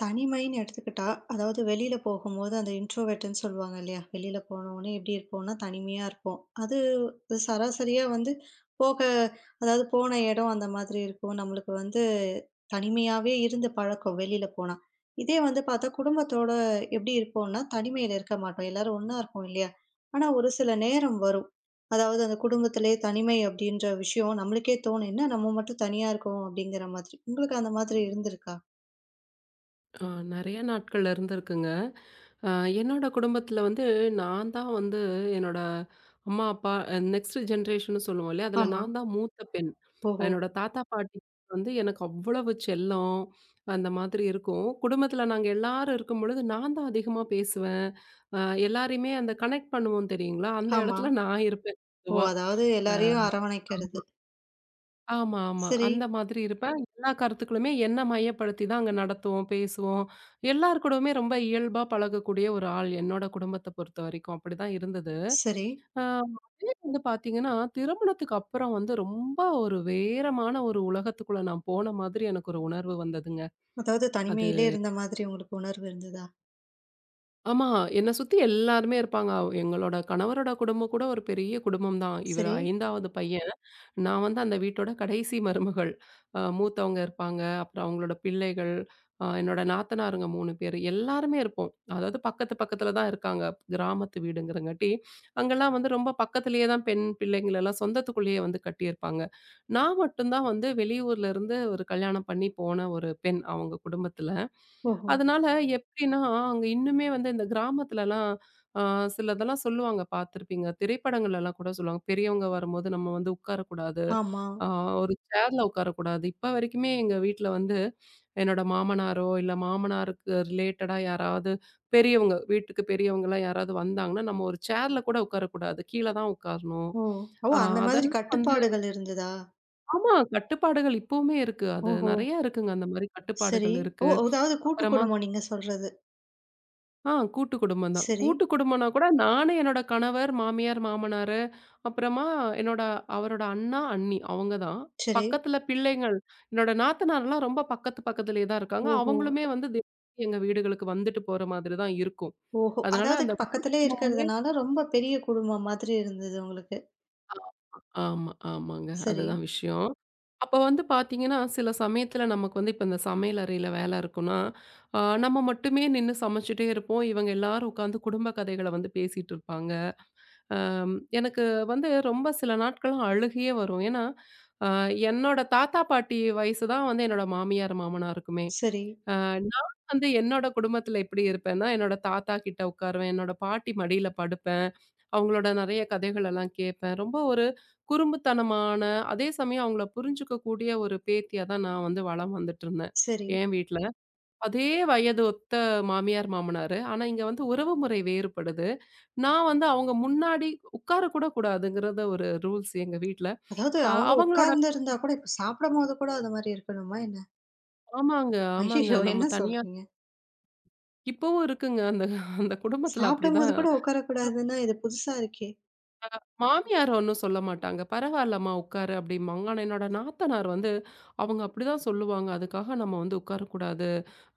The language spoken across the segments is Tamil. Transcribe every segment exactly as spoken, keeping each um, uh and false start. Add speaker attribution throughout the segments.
Speaker 1: தனிமைன்னு எடுத்துக்கிட்டா, அதாவது வெளியில போகும்போது அந்த இன்ட்ரோவெர்ட்ன்னு சொல்லுவாங்க இல்லையா? வெளியில போனோனே எப்படி இருப்போம்னா, தனிமையா இருப்போம். அது இது சராசரியா வந்து போக அதாவது போன இடம் அந்த மாதிரி இருக்கும். நம்மளுக்கு வந்து தனிமையாவே இருந்து பழக்கம் வெளியில போனா. இதே வந்து பார்த்தா குடும்பத்தோட எப்படி இருப்போம்னா, தனிமையில இருக்க மாட்டோம். எல்லாரும் ஒண்ணா இருப்போம் இல்லையா? ஆனா ஒரு சில நேரம் வரும். அதாவது அந்த குடும்பத்திலேயே தனிமை அப்படின்ற விஷயம் நம்மளுக்கே தோணும். என்ன நம்ம மட்டும் தனியா இருக்கோம் அப்படிங்கிற மாதிரி. உங்களுக்கு அந்த மாதிரி இருந்திருக்கா?
Speaker 2: ஆ நெறைய நாட்கள்ல இருந்திருக்குங்க. அ என்னோட குடும்பத்தில வந்து நான் தான் வந்து என்னோட அம்மா, அப்பா நெக்ஸ்ட் ஜெனரேஷன்னு சொல்லுவோம் இல்லையா? அதில
Speaker 1: ஆமா.
Speaker 2: நான் தான் மூத்த பெண்.
Speaker 1: ஓஹோ!
Speaker 2: என்னோட தாத்தா, பாட்டி வந்து எனக்கு அவ்வளவு செல்லம். அந்த மாதிரி இருக்கும். குடும்பத்தில நாங்க எல்லாரும் இருக்கும்பொழுது நான் தான் அதிகமா பேசுவேன். அ எல்லாரையுமே அந்த கனெக்ட் பண்ணுவோம் தெரியுங்களா? அந்த
Speaker 1: ஆமா.
Speaker 2: இடத்துல நான் இருப்பேன்
Speaker 1: ஓ!
Speaker 2: பொதுவா.
Speaker 1: அதாவது எல்லாரையும்
Speaker 2: அ.
Speaker 1: அரவணைக்கிறது.
Speaker 2: ஆமா, ஆமா.
Speaker 1: சரி,
Speaker 2: அந்த மாதிரி இருப்பேன். எல்லா கருத்துக்களுமே என்ன மையப்படுத்தி தான் அங்க நடத்துவோம், பேசுவோம். எல்லார் கூடவுமே ரொம்ப இயல்பா பழகக்கூடிய ஒரு ஆள் என்னோட குடும்பத்த பொறுத்த வரைக்கும். அப்படிதான் இருந்தது.
Speaker 1: சரி.
Speaker 2: அ அதே வந்து பார்த்தீங்கன்னா, திருமணத்துக்கு அப்புறம் வந்து ரொம்ப ஒரு வேறமான ஒரு உலகத்துக்குள்ள நான் போன மாதிரி எனக்கு ஒரு உணர்வு வந்ததுங்க.
Speaker 1: அதாவது
Speaker 2: அது
Speaker 1: தனிமையிலே இருந்த மாதிரி உங்களுக்கு உணர்வு இருந்ததா?
Speaker 2: ஆமா, என்ன சுத்தி எல்லாருமே இருப்பாங்க. அவ- எங்களோட கணவரோட குடும்பம் கூட ஒரு பெரிய குடும்பம் தான். இவர்
Speaker 1: சரி.
Speaker 2: ஐந்தாவது பையன். நான் வந்து அந்த வீட்டோட கடைசி மருமகள். அ மூத்தவங்க இருப்பாங்க. அப்புறம் அவங்களோட பிள்ளைகள், அ என்னோட நாத்தனாருங்க மூணு பேரு. எல்லாருமே இருப்போம். அதாவது பக்கத்து பக்கத்துல தான் இருக்காங்க. கிராமத்து வீடுங்கிறங்காட்டி, அங்கலாம் வந்து ரொம்ப பக்கத்திலேயே தான் பெண் பிள்ளைங்களெல்லாம் எல்லாம் சொந்தத்துக்குள்ளேயே வந்து கட்டியிருப்பாங்க. நான் மட்டும் தான் வந்து வெளியூர்ல இருந்து ஒரு கல்யாணம் பண்ணி போன ஒரு பெண் அவங்க குடும்பத்துல.
Speaker 1: ஓஹோ!
Speaker 2: அதனால எப்படின்னா, அங்க இன்னுமே வந்து இந்த கிராமத்துலலாம் ஆ சிலதெல்லாம் சொல்லுவாங்க பார்த்துருப்பீங்க. திரைப்படங்கள்லலாம் கூட சொல்லுவாங்க. பெரியவங்க வரும்போது நம்ம வந்து உட்காரக்கூடாது.
Speaker 1: ஆமா.
Speaker 2: ஆ ஒரு சேர்ல உட்காரக்கூடாது. இப்ப வரைக்குமே எங்க வீட்ல வந்து என்னோட மாமனாரோ, இல்ல மாமனாருக்கு ரிலேட்டடா யாராவது பெரியவங்க, வீட்டுக்கு பெரியவங்கலாம் யாராவது வந்தாங்கன்னா, நம்ம ஒரு சேர்ல கூட உட்காரக்கூடாது. கீழ தான் உட்காரணும்.
Speaker 1: ஓ! ஓ!
Speaker 2: ஆ
Speaker 1: அந்த மாதிரி
Speaker 2: அதெல்லாம் வந்து
Speaker 1: கட்டுப்பாடுகள் இருந்ததா?
Speaker 2: ஆமா, கட்டுப்பாடுகள் இப்பவுமே இருக்கு. அது
Speaker 1: ஓஹோ!
Speaker 2: நெறைய இருக்குங்க. அந்த மாரி
Speaker 1: சரி.
Speaker 2: கட்டுப்பாடுகள்
Speaker 1: ஓ!
Speaker 2: இருக்கு.
Speaker 1: அதாவது கூட்டு
Speaker 2: அப்புறமா
Speaker 1: குடும்பம் நீங்க சொல்றது.
Speaker 2: ஆ கூட்டு குடும்பம் தான்.
Speaker 1: சரி,
Speaker 2: கூட்டு குடும்பம்னா கூட நானு, என்னோட கணவர், மாமியார், மாமனாரு, அப்புறமா என்னோட அவரோட அண்ணா, அண்ணி அவங்க தான்.
Speaker 1: சரி.
Speaker 2: பக்கத்துல பிள்ளைங்கள் என்னோட நாத்தனார்லாம் ரொம்ப பக்கத்து பக்கத்துலயே தான் இருக்காங்க.
Speaker 1: ஓஹோ!
Speaker 2: அவங்களுமே வந்து தினமும் எங்க வீடுகளுக்கு வந்துட்டு போற மாதிரி தான் இருக்கும்.
Speaker 1: ஓஹோ!
Speaker 2: அதனால
Speaker 1: அதாவது
Speaker 2: அந்த முழு
Speaker 1: பக்கத்திலேயே
Speaker 2: குடும்பமுமே
Speaker 1: இருக்கிறதுனால ரொம்ப பெரிய குடும்பம் மாதிரி இருந்தது உங்களுக்கு.
Speaker 2: ஆமா, ஆமாங்க.
Speaker 1: சரி,
Speaker 2: அதுதான் விஷயம். அப்ப வந்து பார்த்தீங்கன்னா, சில சமயத்துல நமக்கு வந்து இப்ப இந்த சமையல் அறையில வேல இருக்குன்னா, ஆ நம்ம மட்டுமே நின்னு சமைச்சுட்டே இருப்போம். இவங்க எல்லாரும் உட்காந்து குடும்ப கதைகள வந்து பேசிட்டு இருப்பாங்க. அம் எனக்கு வந்து ரொம்ப சில நாட்கள்லாம் அழுகையே வரும். ஏன்னா, அ என்னோட தாத்தா, பாட்டி வயசு தான் வந்து என்னோட மாமியார், மாமனாருக்குமே.
Speaker 1: சரி,
Speaker 2: அ நான் வந்து என்னோட குடும்பத்தில எப்படி இருப்பேன்னா, என்னோட தாத்தா கிட்ட உட்காருவேன். என்னோட பாட்டி மடியில படுப்பேன். அவங்களோட நெறைய கதைகள் எல்லாம் கேட்பேன். ரொம்ப ஒரு குறும்புத்தனமான, அதே சமயம் அவங்கள புரிஞ்சுக்கக்கூடிய ஒரு பேத்தியா தான் நான் வந்து வளம் வந்துட்டுருந்தேன்,
Speaker 1: சரி.
Speaker 2: என் வீட்ல. அதே வயது ஒத்த மாமியார், மாமனாரு. ஆனா, இங்க வந்து உறவுமுறை வேறுபடுது. நான் வந்து அவங்க முன்னாடி உட்காரக்கூட கூடாதுங்கிறத ஒரு ரூல்ஸ் எங்க வீட்ல.
Speaker 1: அதாவது
Speaker 2: அ
Speaker 1: அவங்க
Speaker 2: அவங்களோட
Speaker 1: உட்கார்ந்திருந்தா கூட இப்ப சாப்பிடும்போது கூட அது மாரி இருக்கணுமா என்ன?
Speaker 2: ஆமாங்க, ஆமாங்க.
Speaker 1: ஐயய்யோ! என்ன
Speaker 2: நம்ம தனியா
Speaker 1: சொல்றீங்க?
Speaker 2: இப்பவும் இருக்குங்க. அந்த அந்த குடும்பத்துல
Speaker 1: சாப்பிடும்போது
Speaker 2: அப்படிதான்.
Speaker 1: கூட உட்காரக்கூடாதுன்னா, இது புதுசா இருக்கே!
Speaker 2: மாமியார் ஒண்ணும் சொல்ல மாட்டாங்க. "பரவாயில்லம்மா உட்காரு" அப்படிம்பாங்க. ஆனா, என்னோட நாத்தனார் வந்து அவங்க அப்படிதான் சொல்லுவாங்க. "அதுக்காக நம்ம வந்து உட்காரக்கூடாது.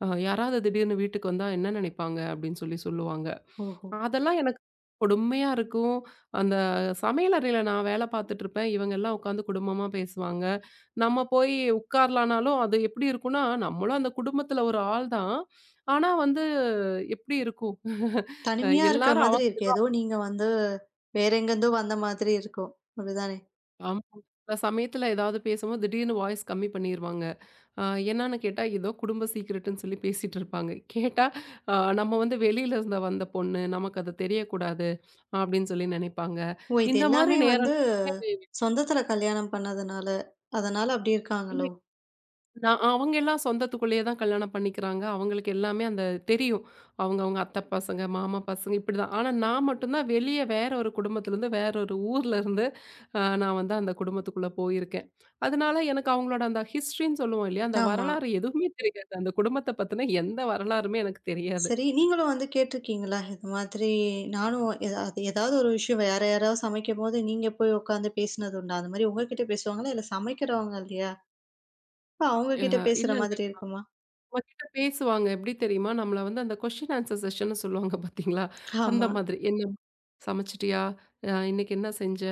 Speaker 2: அ யாராவது திடீர்னு வீட்டுக்கு வந்தா என்ன நினைப்பாங்க?" அப்படின்னு சொல்லி சொல்லுவாங்க.
Speaker 1: ஓஹோ!
Speaker 2: அதெல்லாம் எனக்கு கொடுமையா இருக்கும். அந்த சமையல் அறையில நான் வேல பார்த்துட்டுருப்பேன். இவங்க எல்லாம் உட்காந்து குடும்பமா பேசுவாங்க. நம்ம போய் உட்காரலானாலும், அது எப்படி இருக்கும்னா, நம்மளும் அந்த குடும்பத்துல ஒரு ஆள் தான். ஆனா வந்து எப்படி இருக்கும்? அ
Speaker 1: தனிமையா இருக்க
Speaker 2: எல்லாரும் அவ
Speaker 1: மாதிரி இருக்கு. ஏதோ நீங்க வந்து வேற எங்கேருந்தோ வந்த மாதிரி இருக்கும். அப்படிதானே?
Speaker 2: ஆமா. சில சமயத்துல ஏதாவது பேசும்போது திடீர்னு வாய்ஸ் கம்மி பண்ணிருவாங்க. அ என்னன்னு கேட்டா, ஏதோ குடும்ப சீக்ரெட்டுன்னு சொல்லி பேசிட்டு இருப்பாங்க. கேட்டா, அ நம்ம வந்து வெளியில இருந்து வந்த பொண்ணு, நமக்கு அது தெரியக்கூடாது அப்படின்னு சொல்லி நினைப்பாங்க.
Speaker 1: ஓ! இது
Speaker 2: இந்த
Speaker 1: எல்லாமே
Speaker 2: மாரி
Speaker 1: வந்து
Speaker 2: நேரம்
Speaker 1: சொந்தத்தில கல்யாணம் பண்ணதுனால, அதனால அப்படி இருக்காங்களோ?
Speaker 2: நான் அவங்க எல்லாம் சொந்தத்துக்குள்ளேயே தான் கல்யாணம் பண்ணிக்கிறாங்க. அவங்களுக்கு எல்லாமே அந்த தெரியும். அவங்க, அவங்க அத்தை பசங்க, மாமா பசங்க இப்படிதான். ஆனா நான் மட்டும் தான் வெளிய வேற ஒரு குடும்பத்திலருந்து, வேற ஒரு ஊர்லருந்து அ நான் வந்து அந்த குடும்பத்துக்குள்ள போயிருக்கேன். அதனால எனக்கு அவங்களோட அந்த ஹிஸ்டரின்னு சொல்லுவோம் இல்லையா? அந்த
Speaker 1: ஆமா.
Speaker 2: வரலாறு எதுவுமே தெரியாது. அந்த குடும்பத்த பத்தின எந்த வரலாறுமே எனக்கு தெரியாது.
Speaker 1: சரி, நீங்களும் வந்து கேட்டிருக்கீங்களா? இது மாதிரி நானும் எதா அது ஏதாவது ஒரு விஷயம் வேற யாராவது சமைக்கும்போது நீங்க போய் உட்காந்து பேசினது உண்டா? அந்த மாரி உங்ககிட்ட பேசுவாங்களா? இல்ல சமைக்கிறவங்க இல்லையா? அப்ப அவங்க
Speaker 2: அ
Speaker 1: கிட்ட பேசுற
Speaker 2: இல்லங்க.
Speaker 1: மாதிரி இருக்குமா?
Speaker 2: நம்மகிட்ட பேசுவாங்க. எப்படி தெரியுமா? நம்மள வந்து அந்த கொஸ்டின் ஆன்சர் செஷன்னு சொல்லுவாங்க பார்த்தீங்களா? அந்த
Speaker 1: ஆமா.
Speaker 2: மாதிரி. என்ன "சமைச்சிட்டியா? அ இன்னைக்கு என்ன செஞ்ச?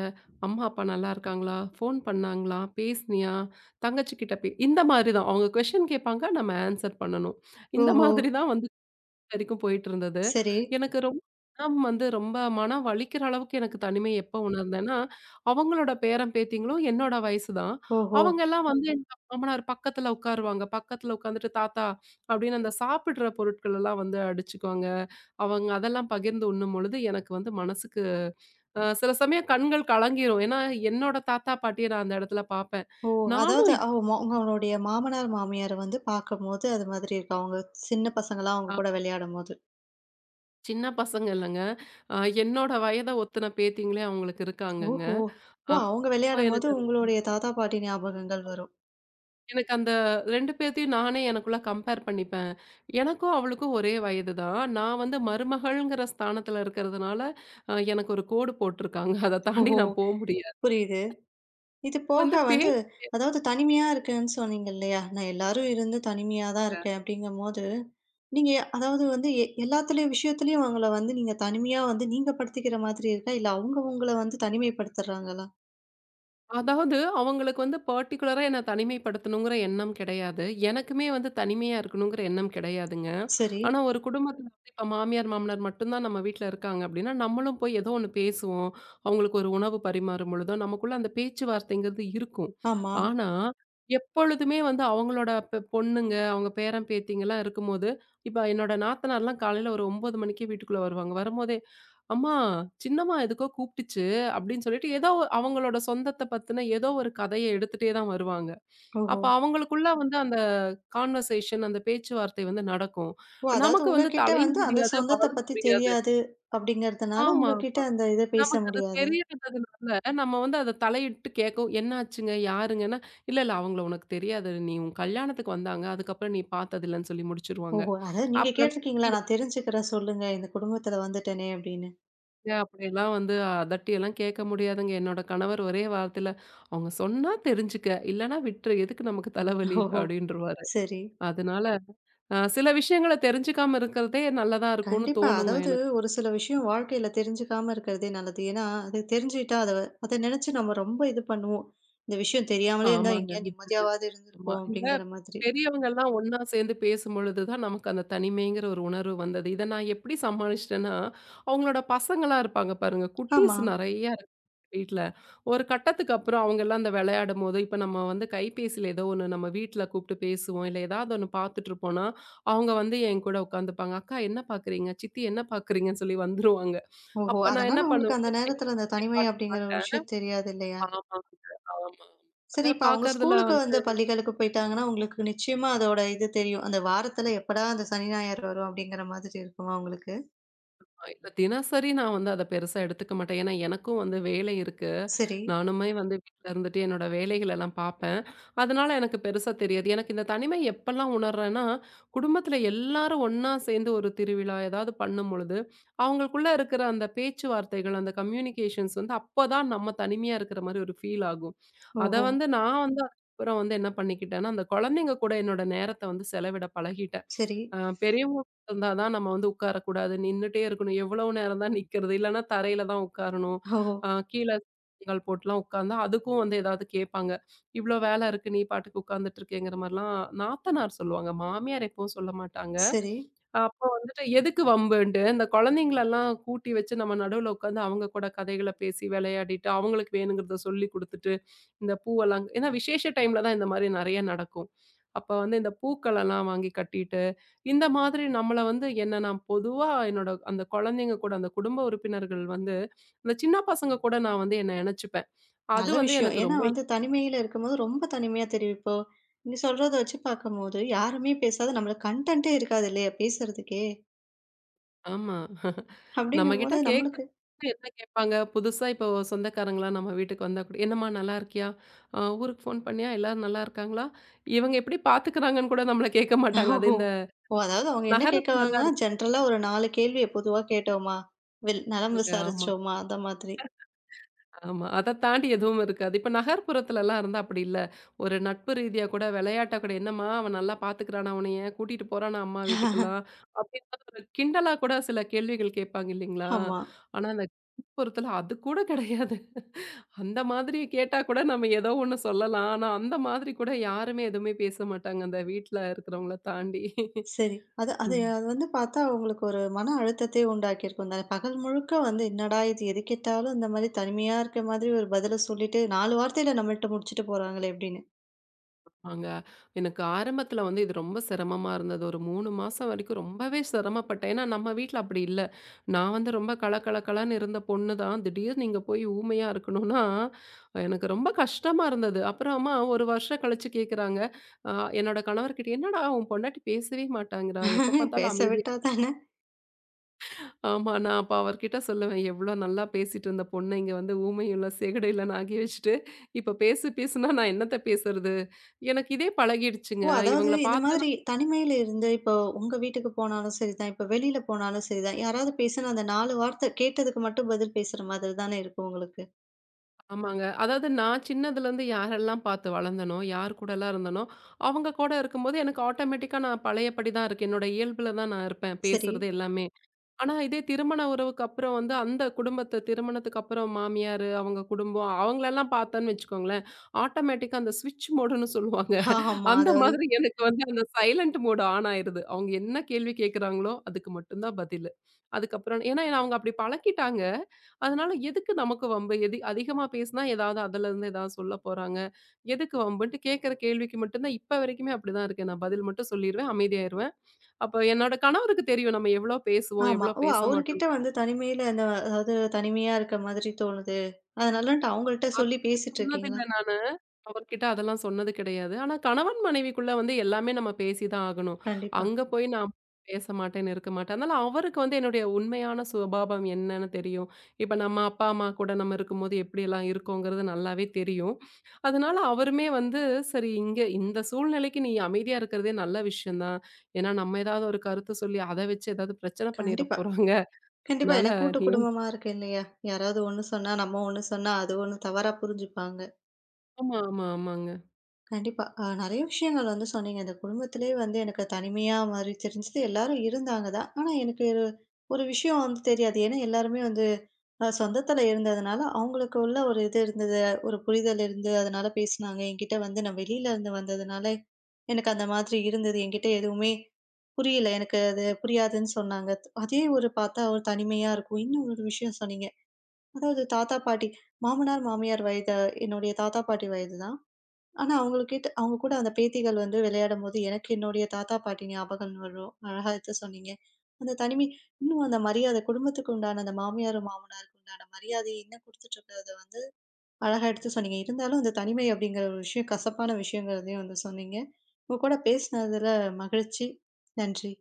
Speaker 2: அம்மா, அப்பா நல்லா இருக்காங்களா? ஃபோன் பண்ணாங்களா? பேசினியா? தங்கச்சிகிட்ட பே" இந்த மாதிரி தான். அவங்க கொஸ்டின் கேட்பாங்க, நம்ம ஆன்சர் பண்ணணும். இந்த
Speaker 1: ஓஹோ!
Speaker 2: மாதிரி தான் வந்து இது வரைக்கும் போயிட்டுருந்தது.
Speaker 1: சரி.
Speaker 2: எனக்கு ரொம்ப மனம் வந்து ரொம்ப மனம் வலிக்கிற அளவுக்கு எனக்கு தனிமை எப்போ உணர்ந்தேன்னா, அவங்களோட பேரன், பேத்திங்களும் என்னோட வயசு தான்.
Speaker 1: ஓஹோ!
Speaker 2: அவங்கலாம் வந்து எங்க மாமனார் பக்கத்துல உட்காருவாங்க. பக்கத்துல உட்காந்துட்டு, "தாத்தா" அப்படின்னு அந்த சாப்பிடுற பொருட்கள் எல்லாம் வந்து அடிச்சுக்குவாங்க. அவங்க அதெல்லாம் பகிர்ந்து உண்ணும் பொழுது எனக்கு வந்து மனசுக்கு அ சில சமயம் கண்கள் கலங்கிரும். ஏன்னா, என்னோட தாத்தா, பாட்டிய நான் அந்த இடத்துல பார்ப்பேன்.
Speaker 1: ஓ!
Speaker 2: நானும்
Speaker 1: அதாவது
Speaker 2: இப்
Speaker 1: அவ ம உங்களுடைய மாமனார், மாமியார வந்து பார்க்கும்போது அது மாதிரி இருக்கு. அவங்க சின்ன பசங்கலாம் அவங்க
Speaker 2: அ
Speaker 1: கூட விளையாடும்போது.
Speaker 2: சின்ன பசங்க இல்லங்க. அ என்னோட வயத ஒத்துன பேத்திங்களே அவங்களுக்கு இருக்காங்கங்க.
Speaker 1: ஓஹோ! ஓ! அவங்க
Speaker 2: அப்ப
Speaker 1: விளையாடும்போது
Speaker 2: எனக்கு அந்
Speaker 1: உங்களுடைய தாத்தா, பாட்டி ஞாபகங்கள் வரும்.
Speaker 2: எனக்கு அந்த ரெண்டு பேத்தையும் நானே எனக்குள்ள கம்பேர் பண்ணிப்பேன். எனக்கும் அவளுக்கும் ஒரே வயது தான். நான் வந்து மருமகள்ங்கிற ஸ்தானத்துல இருக்கிறதுனால, அ எனக்கு ஒரு கோடு போட்டுருக்காங்க. அத தாண்டி
Speaker 1: ஓஹோ!
Speaker 2: நான் போ முடியாது.
Speaker 1: புரியுது. இது
Speaker 2: வந்து
Speaker 1: போக
Speaker 2: பேத்தி
Speaker 1: வந்து அதாவது தனிமையா இருக்கேன்னு சொன்னீங்க இல்லையா? நான் எல்லாரும் இருந்து தனிமையா தான் இருக்கேன் அப்படிங்கும்போது, நீங்க அதாவது வந்து எ எல்லாத்துலயும் விஷயத்துலயும் அவங்கள வந்து நீங்க தனிமையா வந்து நீங்க படுத்திக்கிற மாதிரி இருக்கா? இல்ல அவங்க உங்கள வந்து தனிமைப்படுத்துறாங்களா?
Speaker 2: அதாவது அவங்களுக்கு வந்து பர்ட்டிகுலரா என்ன தனிமைப்படுத்தணுங்கிற எண்ணம் கிடையாது. எனக்குமே வந்து தனிமையா இருக்கணுங்கிற எண்ணம் கிடையாதுங்க.
Speaker 1: சரி.
Speaker 2: ஆனா ஒரு குடும்பத்தில வந்து இப்ப மாமியார், மாமனார் மட்டும் தான் நம்ம வீட்ல இருக்காங்க அப்டின்னா, நம்மளும் போய் ஏதோ ஒண்ணு பேசுவோம். அவங்களுக்கு ஒரு உணவு பரிமாறும் பொழுதோ, நமக்குள்ள அந்த பேச்சுவார்த்தைங்கிறது இருக்கும்.
Speaker 1: ஆமா.
Speaker 2: ஆனா, எப்பொழுதுமே வந்து அவங்களோட பெ பொண்ணுங்க, அவங்க பேரன், பேத்திங்கலாம் இருக்கும்போது, இப்ப என்னோட நாத்தனார்லாம் காலையில ஒரு ஒன்பது மணிக்கே வீட்டுக்குள்ள வருவாங்க. வரும்போதே, "அம்மா, சின்னம்மா எதுக்கோ கூப்ட்டுச்சு." அப்படின்னு சொல்லிட்டு ஏதோ ஒரு- அவங்களோட சொந்தத்த பத்தின ஏதோ ஒரு கதைய எடுத்துட்டே தான் வருவாங்க.
Speaker 1: ஓஹோ!
Speaker 2: அப்ப அவங்களுக்குள்ள வந்து அந்த கான்வர்சேஷன் அந்த பேச்சுவார்த்தை வந்து நடக்கும்.
Speaker 1: ஓ! அதாவது
Speaker 2: நமக்கு வந்து
Speaker 1: உங்ககிட்ட
Speaker 2: தலையும்
Speaker 1: வந்து அந்த
Speaker 2: புரியாது,
Speaker 1: சொந்தத்த
Speaker 2: வாலும்
Speaker 1: பத்தி
Speaker 2: புரியாது.
Speaker 1: தெரியாது அப்படிங்கிறதுனால,
Speaker 2: ஆமா,
Speaker 1: உங்ககிட்ட
Speaker 2: ஆமா.
Speaker 1: அந்த இத பேச
Speaker 2: நமக்கு அது
Speaker 1: முடியாது.
Speaker 2: தெரியாததுனால நம்ம வந்து அத தலையிட்டு கேட்கவும், "என்ன ஆச்சுங்க? யாருங்கன்னா?" "இல்ல, இல்ல அவங்கள உனக்கு தெரியாது. நீ உன் கல்யாணத்துக்கு வந்தாங்க. அதுக்கப்புறம் நீ பார்த்ததில்லன்னு" சொல்லி முடிச்சுருவாங்க.
Speaker 1: ஓஹோ! அதாவது நீங்க
Speaker 2: அப்புறம்
Speaker 1: கேட்டிருக்கீங்களா? "நான் தெரிஞ்சுக்கிறேன் சொல்லுங்க. இந்த குடும்பத்துல வந்துட்டேனே" அப்படின்னு.
Speaker 2: இல்ல, அப்படியெல்லாம் வந்து அதட்டியெல்லாம் கேட்க முடியாதுங்க. என்னோட கணவர் ஒரே வார்த்தையில, "அவங்க சொன்னா தெரிஞ்சுக்க, இல்லன்னா விட்டுரு. எதுக்கு நமக்கு தலைவலி?"
Speaker 1: ஓஹோ!
Speaker 2: அப்படின்ருவாரு.
Speaker 1: சரி.
Speaker 2: அதனால அ சில விஷயங்கள தெரிஞ்சுக்காம இருக்கிறதே நல்லதா இருக்கும்னு
Speaker 1: கண்டிப்பா.
Speaker 2: தோணுங்க
Speaker 1: அதாவது
Speaker 2: எனக்கு.
Speaker 1: ஒரு சில விஷயம் வாழ்க்கையில தெரிஞ்சுக்காம இருக்கிறதே நல்லது. ஏன்னா, அது தெரிஞ்சுக்கிட்டா அத அத நினைச்சு நம்ம ரொம்ப இது பண்ணுவோம். இந்த விஷயம் தெரியாமலே இருந்தா
Speaker 2: ஆமாங்க.
Speaker 1: எங்கேயா நிம்மதியாவாவது
Speaker 2: ஆமா.
Speaker 1: இருந்திருப்போம்
Speaker 2: இந்த
Speaker 1: அப்படிங்கிற மாதிரி.
Speaker 2: பெரியவங்கலாம் ஒண்ணா சேர்ந்து பேசும்பொழுது தான் நமக்கு அந்த தனிமைங்கிற ஒரு உணர்வு வந்தது. இத நான் எப்படி சமாளிச்சுட்டேன்னா, அவங்களோட பசங்களா இருப்பாங்க பாருங்க.
Speaker 1: ஆமா.
Speaker 2: குட்டீஸ் நெறைய இருக்கு வீட்ல. ஒரு கட்டத்துக்கு அப்புறம் அவங்கலாம் அந்த விளையாடும்போது, இப்ப நம்ம வந்து கைபேசியில ஏதோ ஒண்ணு நம்ம வீட்ல கூப்பிட்டு பேசுவோம். இல்ல ஏதாவது ஒண்ணு பார்த்துட்டு இருப்போம்னா, அவங்க வந்து என் கூட உட்காந்துப்பாங்க. "அக்கா என்ன பார்க்குறீங்க? சித்தி என்ன பார்க்குறீங்கன்னு?" சொல்லி வந்துருவாங்க.
Speaker 1: ஓஹோ!
Speaker 2: அப்ப நான் என்ன
Speaker 1: அதனால உங்களுக்கு அந்த
Speaker 2: பண்ணுவேன்?
Speaker 1: நேரத்துல அந்த தனிமை
Speaker 2: காட்ட
Speaker 1: அப்படிங்கிற ஒரு
Speaker 2: மாட்டேன்.
Speaker 1: விஷயம் தெரியாது இல்லையா?
Speaker 2: ஆமாங்க. ஆமா. அத
Speaker 1: சரி, இப்ப அவங்க
Speaker 2: பார்க்கறதுல
Speaker 1: ஸ்கூலுக்கு வந்து பள்ளிகளுக்கு போயிட்டாங்கன்னா, உங்களுக்கு நிச்சயமா அதோட இது தெரியும். அந்த வாரத்துல எப்படா அந்த சனி, ஞாயிறு வரும் அப்படிங்கிற மாதிரி இருக்குமா உங்களுக்கு?
Speaker 2: இல்ல, தினசரி நான் வந்து அத பெருசா எடுத்துக்க மாட்டேன். ஏன்னா எனக்கும் வந்து வேலை இருக்கு.
Speaker 1: சரி.
Speaker 2: நானுமே வந்து வீட்ல இருந்துட்டு என்னோட வேலைகள் எல்லாம் பார்ப்பேன். அதனால எனக்கு பெருசா தெரியாது. எனக்கு இந்த தனிமை எப்பலாம் உணர்றேன்னா, குடும்பத்தில எல்லாரும் ஒண்ணா சேர்ந்து ஒரு திருவிழா ஏதாவது பண்ணும்பொழுது, அவங்களுக்குள்ள இருக்கிற அந்த பேச்சுவார்த்தைகள், அந்த கம்யூனிகேஷன்ஸ் வந்து அப்பதான் நம்ம தனிமையா இருக்கிற மாரி ஒரு ஃபீல் ஆகும். அத
Speaker 1: ஓஹோ!
Speaker 2: வந்து நான் வந்து அதுக்கப்புறம் வந்து என்ன பண்ணிக்கிட்டேன்னா, அந்த குழந்தைங்க கூட என்னோட நேரத்த வந்து செலவிட பழகிட்டேன்.
Speaker 1: சரி.
Speaker 2: அ பெரியவங்க இருந்தா தான் நம்ம வந்து உட்காரக்கூடாது. நின்னுட்டே இருக்கணும். எவ்வளவு நேரம் தான் நிக்கிறது? இல்லன்னா தரையில தான் உட்காரணும்.
Speaker 1: ஓஹோ!
Speaker 2: அ கீழ போட்டுலாம் உட்கார்ந்தா அதுக்கும் வந்து ஏதாவது கேட்பாங்க. இவ்ளோ வேல இருக்கு. நீ பாட்டுக்கு உட்கார்ந்துட்டு இருக்கேங்கிற மாரிலாம் நாத்தனார் சொல்லுவாங்க. மாமியார் எப்பவும் சொல்ல மாட்டாங்க.
Speaker 1: சரி.
Speaker 2: அப்போ வந்துட்டு எதுக்கு வம்புன்ட்டு, இந்த குழந்தைங்களெல்லாம் கூட்டி வச்சு நம்ம நடுவுல உட்காந்து அவங்க கூட கதைகள பேசி விளையாடிட்டு, அவங்களுக்கு வேணுங்கிறத சொல்லிக் குடுத்துட்டு, இந்த பூவெல்லாம் ஏன்னா விசேஷ டைம்ல தான் இந்த மாரி நெறைய நடக்கும். அப்ப வந்து இந்த பூக்களெல்லாம் வாங்கி கட்டிட்டு, இந்த மாதிரி நம்மள வந்து என்ன நான் பொதுவா என்னோட அந்த குழந்தைங்க கூட அந்த குடும்ப உறுப்பினர்கள் வந்து, இந்த சின்ன பசங்க கூட நான் வந்து என்ன இணைச்சுப்பேன். அது
Speaker 1: நல்ல
Speaker 2: வந்து
Speaker 1: விஷயம்.
Speaker 2: எனக்கு
Speaker 1: ஏன்னா
Speaker 2: ரொம்ப
Speaker 1: வந்து தனிமையில இருக்கும்போது ரொம்ப தனிமையா தெரியும். இப்போ நீ சொல்றத வச்சு பார்க்கும்போது, யாருமே பேசாத நம்மளுக்கு கன்டென்ட்டே இருக்காது இல்லையா பேசுறதுக்கே!
Speaker 2: ஆமா. நம்மகிட்ட
Speaker 1: அப்படிங்கும்போது
Speaker 2: கேக்க
Speaker 1: நம்மளுக்கு
Speaker 2: என்ன கேட்பாங்க? புதுசா இப்போ சொந்தக்காரங்கலாம் நம்ம வீட்டுக்கு வந்தா கூட, "என்னம்மா நல்லா இருக்கியா? அ ஊருக்கு ஃபோன் பண்ணியா? எல்லாரும் நல்லா இருக்காங்களா?" இவங்க எப்படி பாத்துக்கிறாங்கன்னு கூட நம்மள கேட்க மாட்டாங்க. அது
Speaker 1: ஓஹோ!
Speaker 2: இந்த
Speaker 1: ஓ! அதாவது அவங்க என்ன கேட்கவாங்க,
Speaker 2: நகரத்துலலாம்
Speaker 1: ஜென்ரலா ஒரு நான்கு கேள்விய பொதுவா கேட்டோமா, வில் நலம்
Speaker 2: இருப்பாங்க. ஆமா,
Speaker 1: விசாரிச்சோமா அந்த மாதிரி.
Speaker 2: ஆமா. அத தாண்டி எதுவும் இருக்காது. இப்ப நகர்ப்புறத்துலலாம் இருந்தா அப்படி இல்ல. ஒரு நட்பு ரீதியா கூட விளையாட்டா கூட, "என்னம்மா அவன் நல்லா பாத்துக்கிறானா உன்னைய? கூட்டிட்டு போறானா அம்மா வீட்டுக்கெல்லாம்?" அப்படின்னு ஒரு கிண்டலா கூட சில கேள்விகள் கேட்பாங்க இல்லைங்களா?
Speaker 1: ஆமா.
Speaker 2: ஆனா அந்த கிராமப்புறத்துல அது கூட கிடையாது. அந்த மாதிரி கேட்டா கூட நம்ம ஏதோ ஒண்ணு சொல்லலாம். ஆனா, அந்த மாதிரி கூட யாருமே எதுவுமே பேச மாட்டாங்க. அந்த வீட்ல இருக்கிறவங்கள தாண்டி.
Speaker 1: சரி. அது அது
Speaker 2: ம்.
Speaker 1: அது வந்து பார்த்தா உங்களுக்கு ஒரு மன அழுத்தத்தை உண்டாக்கியிருக்கும் தானே! பகல் முழுக்க வந்து என்னடா இது எது கேட்டாலும் இந்த மாரி தனிமையா இருக்க மாதிரி ஒரு பதில சொல்லிட்டு நான்கு வார்த்தையில நம்மள்ட்ட முடிச்சுட்டு போறாங்களே அப்டின்னு.
Speaker 2: ஆமாங்க. எனக்கு ஆரம்பத்தில வந்து இது ரொம்ப சிரமமா இருந்தது. ஒரு மூணு மாசம் வரைக்கும் ரொம்பவே சிரமப்பட்டேன். ஏன்னா, நம்ம வீட்ல அப்படி இல்ல. நான் வந்து ரொம்ப கலகலகலன்னு இருந்த பொண்ணு தான். திடீர்னு இங்க போய் ஊமையா இருக்கணும்னா, எனக்கு ரொம்ப கஷ்டமா இருந்தது. அப்புறமா ஒரு வருஷம் கழிச்சு கேட்குறாங்க. அ என்னோட கணவர்கிட்ட, "என்னடா உன் பொண்டாட்டி பேசவே மாட்டாங்கிறா? எப்ப பார்த்தாலும்
Speaker 1: பேச
Speaker 2: அமைதியா."
Speaker 1: விட்டா தானே.
Speaker 2: ஆமா. நான் அப்ப அவர்கிட்ட சொல்லுவேன், "எவ்ளோ நல்லா பேசிட்டு இருந்த பொண்ண இங்க வந்து ஊமையுள்ள சேகடையுள்ளன்னு ஆக்கி வச்சுட்டு, இப்ப பேசு பேசுனா நான் என்னத்த பேசுறது? எனக்கு இதே பழகிடுச்சுங்க.
Speaker 1: ஓ! அதாவது
Speaker 2: இவங்கள
Speaker 1: இந்த
Speaker 2: பார்த்தா
Speaker 1: மாதிரி
Speaker 2: நான்."
Speaker 1: தனிமையில இருந்து இப்போ உங்க வீட்டுக்கு போனாலும் சரிதான், இப்போ வெளியில போனாலும் சரிதான், யாராவது பேசுனா அந்த நான்கு வார்த்தை கேட்டதுக்கு மட்டும் பதில் பேசுற மாதிரி தானே இருக்கும் உங்களுக்கு.
Speaker 2: ஆமாங்க. அதாவது நான் சின்னதுலேருந்து யாரெல்லாம் பார்த்து வளர்ந்தனோ, யார் கூடலாம் இருந்தனோ, அவங்க கூட இருக்கும்போது எனக்கு ஆட்டோமேட்டிக்கா நான் பழையபடி தான் இருக்கேன். என்னோட இயல்புல தான் நான் இருப்பேன்.
Speaker 1: சரி.
Speaker 2: பேசுறது எல்லாமே. ஆனா இதே திருமண உறவுக்கு அப்புறம் வந்து அந்த குடும்பத்த திருமணத்துக்கு அப்புறம் மாமியாரு, அவங்க குடும்பம் அவங்களெல்லாம் பார்த்தோன்னு வச்சுக்கோங்களேன், ஆட்டோமேட்டிக்கா அந்த ஸ்விட்ச் மோடுன்னு சொல்லுவாங்க.
Speaker 1: ஆமா.
Speaker 2: அந்த
Speaker 1: அதாவது
Speaker 2: மாதிரி எனக்கு வந்து அந்த சைலன்ட் மோடு ஆன் ஆயிருது. அவங்க என்ன கேள்வி கேட்குறாங்களோ, அதுக்கு மட்டும் தான் பதிலு. அதுக்கப்புறம் ஏன்னா என்ன, அவங்க அப்படி பழக்கிட்டாங்க. அதனால எதுக்கு நமக்கு வம்பு? எதி அதிகமா பேசினா ஏதாவது அதுலருந்து ஏதாவது சொல்ல போறாங்க. எதுக்கு வம்புன்ட்டு கேட்கிற கேள்விக்கு மட்டும் தான் இப்ப வரைக்குமே அப்படிதான் இருக்கேன். நான் பதில் மட்டும் சொல்லிருவேன், அமைதியாயிருவேன். அப்ப என்னோட கணவருக்கு தெரியும் நம்ம எவ்ளோ பேசுவோம்,
Speaker 1: ஆமா.
Speaker 2: எவ்ளோ
Speaker 1: ஓ!
Speaker 2: பேச
Speaker 1: அவருகிட்ட
Speaker 2: மாட்டோம்.
Speaker 1: வந்து தனிமையில அந்த அதாவது தனிமையா இருக்க மாதிரி தோணுது. அதனாலன்ட்டு அவங்கள்ட்ட
Speaker 2: அது
Speaker 1: சொல்லி
Speaker 2: வந்து
Speaker 1: பேசிட்டு இருக்கீங்களா?
Speaker 2: சொன்னதில்ல நானு. அவர்கிட்ட அதெல்லாம் சொன்னது கிடையாது. ஆனா கணவன் மனைவிக்குள்ள வந்து எல்லாமே நம்ம பேசி தான் ஆகணும்.
Speaker 1: கண்டிப்பா,
Speaker 2: அங்க போய் நான் பேச மாட்டேன், இருக்க மாட்டேன். அதனால அவருக்கு வந்து என்னுடைய உண்மையான சுபாவம் என்னன்னு தெரியும். இப்ப நம்ம அப்பா, அம்மா கூட நம்ம இருக்கும்போது எப்படியெல்லாம் இருக்கோங்கிறது நல்லாவே தெரியும். அதனால அவருமே வந்து, சரி இங்க இந்த சூழ்நிலைக்கு நீ அமைதியா இருக்கிறதே நல்ல விஷயம் தான். ஏன்னா நம்ம ஏதாவது ஒரு கருத்து சொல்லி அத வச்சு ஏதாவது பிரச்சனை பண்ணிற
Speaker 1: கண்டிப்பா,
Speaker 2: போறாங்க.
Speaker 1: கண்டிப்பா.
Speaker 2: அதனால
Speaker 1: ஏன்னா கூட்டு
Speaker 2: நீ
Speaker 1: குடும்பமா இருக்கு இல்லையா? யாராவது ஒண்ணு சொன்னா, நம்ம ஒண்ணு சொன்னா, அது ஒண்ணு தவறா புரிஞ்சுப்பாங்க.
Speaker 2: ஆமா, ஆமா, ஆமாங்க.
Speaker 1: கண்டிப்பா. அ நெறைய விஷயங்கள் வந்து சொன்னீங்க. இந்த குடும்பத்திலேயே வந்து எனக்கு தனிமையா மாரி தெரிஞ்சது. எல்லாரும் இருந்தாங்க தான். ஆனா எனக்கு ஒரு ஒரு விஷயம் வந்து தெரியாது. ஏன்னா எல்லாருமே வந்து அ சொந்தத்தில இருந்ததுனால, அவங்களுக்கு உள்ள ஒரு இது இருந்தது. ஒரு புரிதல் இருந்து அதனால பேசினாங்க. என்கிட்ட வந்து நான் வெளியில இருந்து வந்ததுனால, எனக்கு அந்த மாதிரி இருந்தது. என்கிட்ட எதுவுமே புரியல. எனக்கு அது புரியாதுன்னு சொன்னாங்க. அதே ஒரு பார்த்தா ஒரு தனிமையா இருக்கும். இன்னும் ஒரு விஷயம் சொன்னீங்க. அதாவது தாத்தா, பாட்டி மாமனார், மாமியார் வயது என்னுடைய தாத்தா, பாட்டி வயதுதான். ஆனா அவங்ககிட்ட அவங்க கூட அந்த பேத்திகள் வந்து விளையாடும்போது, எனக்கு என்னுடைய தாத்தா, பாட்டி ஞாபகம் வரும். அழகா எடுத்து சொன்னீங்க. அந்த தனிமை இன்னும் அந்த மரியாதை குடும்பத்துக்கு உண்டான அந்த மாமியார், மாமனாருக்கு உண்டான மரியாதையை இன்னும் குடுத்துட்டு இருக்கிறத வந்து அழகா எடுத்து சொன்னீங்க. இருந்தாலும் அந்த தனிமை அப்படிங்கிற ஒரு விஷயம் கசப்பான விஷயங்கிறதையும் வந்து சொன்னீங்க. உங்க கூட பேசினதுல மகிழ்ச்சி. நன்றி.